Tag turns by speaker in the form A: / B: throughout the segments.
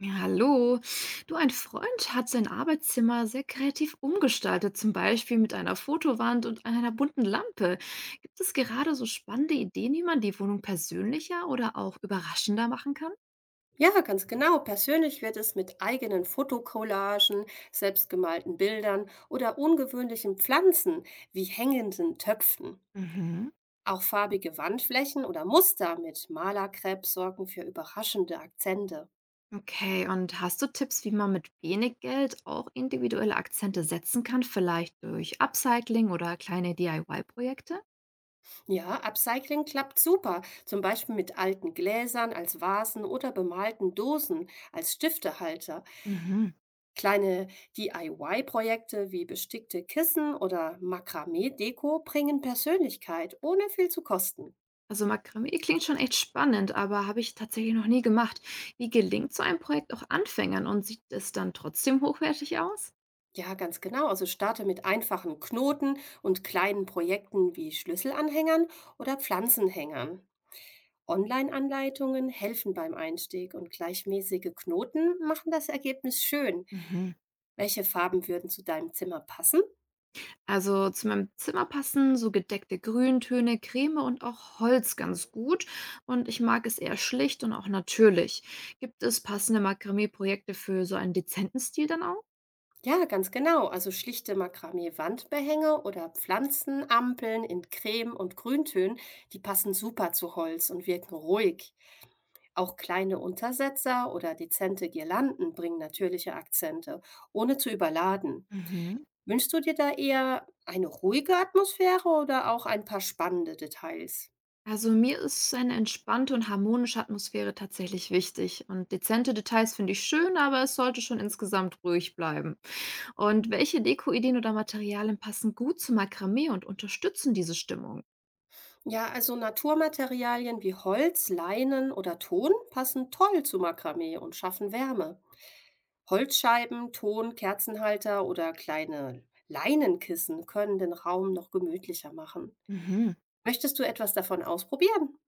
A: Ja, hallo. Du, ein Freund hat sein Arbeitszimmer sehr kreativ umgestaltet, zum Beispiel mit einer Fotowand und einer bunten Lampe. Gibt es gerade so spannende Ideen, wie man die Wohnung persönlicher oder auch überraschender machen kann?
B: Ja, ganz genau. Persönlich wird es mit eigenen Fotocollagen, selbstgemalten Bildern oder ungewöhnlichen Pflanzen wie hängenden Töpfen.
A: Mhm.
B: Auch farbige Wandflächen oder Muster mit Malerkrepp sorgen für überraschende Akzente.
A: Okay, und hast du Tipps, wie man mit wenig Geld auch individuelle Akzente setzen kann, vielleicht durch Upcycling oder kleine DIY-Projekte?
B: Ja, Upcycling klappt super, zum Beispiel mit alten Gläsern als Vasen oder bemalten Dosen als Stiftehalter. Kleine DIY-Projekte wie bestickte Kissen oder Makramee-Deko bringen Persönlichkeit, ohne viel zu kosten.
A: Also Makramee klingt schon echt spannend, aber habe ich tatsächlich noch nie gemacht. Wie gelingt so ein Projekt auch Anfängern und sieht es dann trotzdem hochwertig aus?
B: Ja, ganz genau. Also starte mit einfachen Knoten und kleinen Projekten wie Schlüsselanhängern oder Pflanzenhängern. Online-Anleitungen helfen beim Einstieg und gleichmäßige Knoten machen das Ergebnis schön.
A: Mhm.
B: Welche Farben würden zu deinem Zimmer passen?
A: Also zu meinem Zimmer passen so gedeckte Grüntöne, Creme und auch Holz ganz gut. Und ich mag es eher schlicht und auch natürlich. Gibt es passende Makramee-Projekte für so einen dezenten Stil dann auch?
B: Ja, ganz genau. Also schlichte Makramee-Wandbehänge oder Pflanzenampeln in Creme- und Grüntönen, die passen super zu Holz und wirken ruhig. Auch kleine Untersetzer oder dezente Girlanden bringen natürliche Akzente, ohne zu überladen.
A: Mhm.
B: Wünschst du dir da eher eine ruhige Atmosphäre oder auch ein paar spannende Details?
A: Also mir ist eine entspannte und harmonische Atmosphäre tatsächlich wichtig. Und dezente Details finde ich schön, aber es sollte schon insgesamt ruhig bleiben. Und welche Dekoideen oder Materialien passen gut zu Makramee und unterstützen diese Stimmung?
B: Ja, also Naturmaterialien wie Holz, Leinen oder Ton passen toll zu Makramee und schaffen Wärme. Holzscheiben, Ton, Kerzenhalter oder kleine Leinenkissen können den Raum noch gemütlicher machen.
A: Mhm.
B: Möchtest du etwas davon ausprobieren?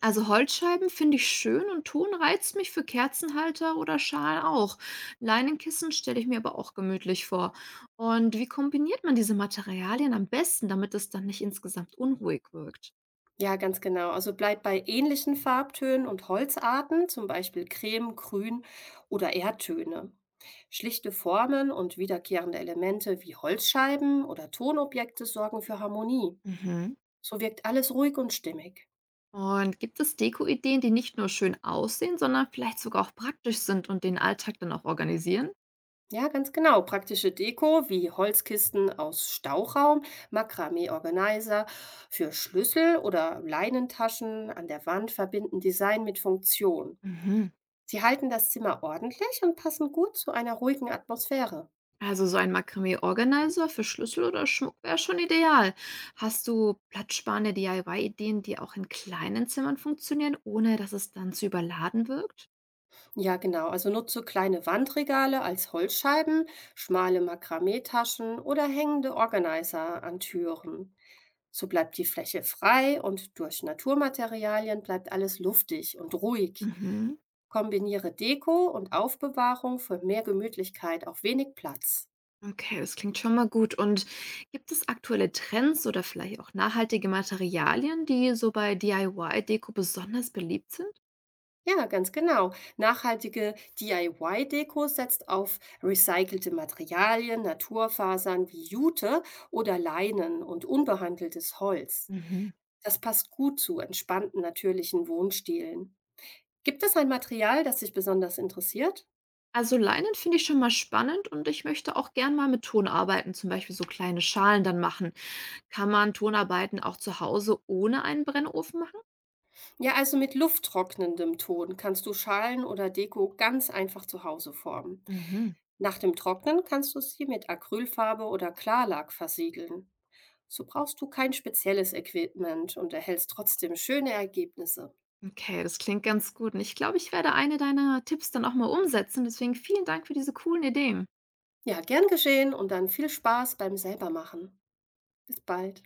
A: Also Holzscheiben finde ich schön und Ton reizt mich für Kerzenhalter oder Schalen auch. Leinenkissen stelle ich mir aber auch gemütlich vor. Und wie kombiniert man diese Materialien am besten, damit es dann nicht insgesamt unruhig wirkt?
B: Ja, ganz genau. Also bleibt bei ähnlichen Farbtönen und Holzarten, zum Beispiel Creme, Grün oder Erdtöne. Schlichte Formen und wiederkehrende Elemente wie Holzscheiben oder Tonobjekte sorgen für Harmonie.
A: Mhm.
B: So wirkt alles ruhig und stimmig.
A: Und gibt es Dekoideen, die nicht nur schön aussehen, sondern vielleicht sogar auch praktisch sind und den Alltag dann auch organisieren?
B: Ja, ganz genau. Praktische Deko wie Holzkisten aus Stauraum, Makramee-Organizer für Schlüssel oder Leinentaschen an der Wand verbinden Design mit Funktion.
A: Mhm.
B: Sie halten das Zimmer ordentlich und passen gut zu einer ruhigen Atmosphäre.
A: Also so ein Makramee-Organizer für Schlüssel oder Schmuck wäre schon ideal. Hast du platzsparende DIY-Ideen, die auch in kleinen Zimmern funktionieren, ohne dass es dann zu überladen wirkt?
B: Ja, genau. Also nutze kleine Wandregale als Holzscheiben, schmale Makramee-Taschen oder hängende Organizer an Türen. So bleibt die Fläche frei und durch Naturmaterialien bleibt alles luftig und ruhig.
A: Mhm.
B: Kombiniere Deko und Aufbewahrung für mehr Gemütlichkeit auf wenig Platz.
A: Okay, das klingt schon mal gut. Und gibt es aktuelle Trends oder vielleicht auch nachhaltige Materialien, die so bei DIY-Deko besonders beliebt sind?
B: Ja, ganz genau. Nachhaltige DIY deko setzt auf recycelte Materialien, Naturfasern wie Jute oder Leinen und unbehandeltes Holz.
A: Mhm.
B: Das passt gut zu entspannten, natürlichen Wohnstilen. Gibt es ein Material, das dich besonders interessiert?
A: Also Leinen finde ich schon mal spannend und ich möchte auch gern mal mit Ton arbeiten, zum Beispiel so kleine Schalen dann machen. Kann man Tonarbeiten auch zu Hause ohne einen Brennofen machen?
B: Ja, also mit lufttrocknendem Ton kannst du Schalen oder Deko ganz einfach zu Hause formen.
A: Mhm.
B: Nach dem Trocknen kannst du sie mit Acrylfarbe oder Klarlack versiegeln. So brauchst du kein spezielles Equipment und erhältst trotzdem schöne Ergebnisse.
A: Okay, das klingt ganz gut. Und ich glaube, ich werde eine deiner Tipps dann auch mal umsetzen. Deswegen vielen Dank für diese coolen Ideen.
B: Ja, gern geschehen und dann viel Spaß beim Selbermachen. Bis bald.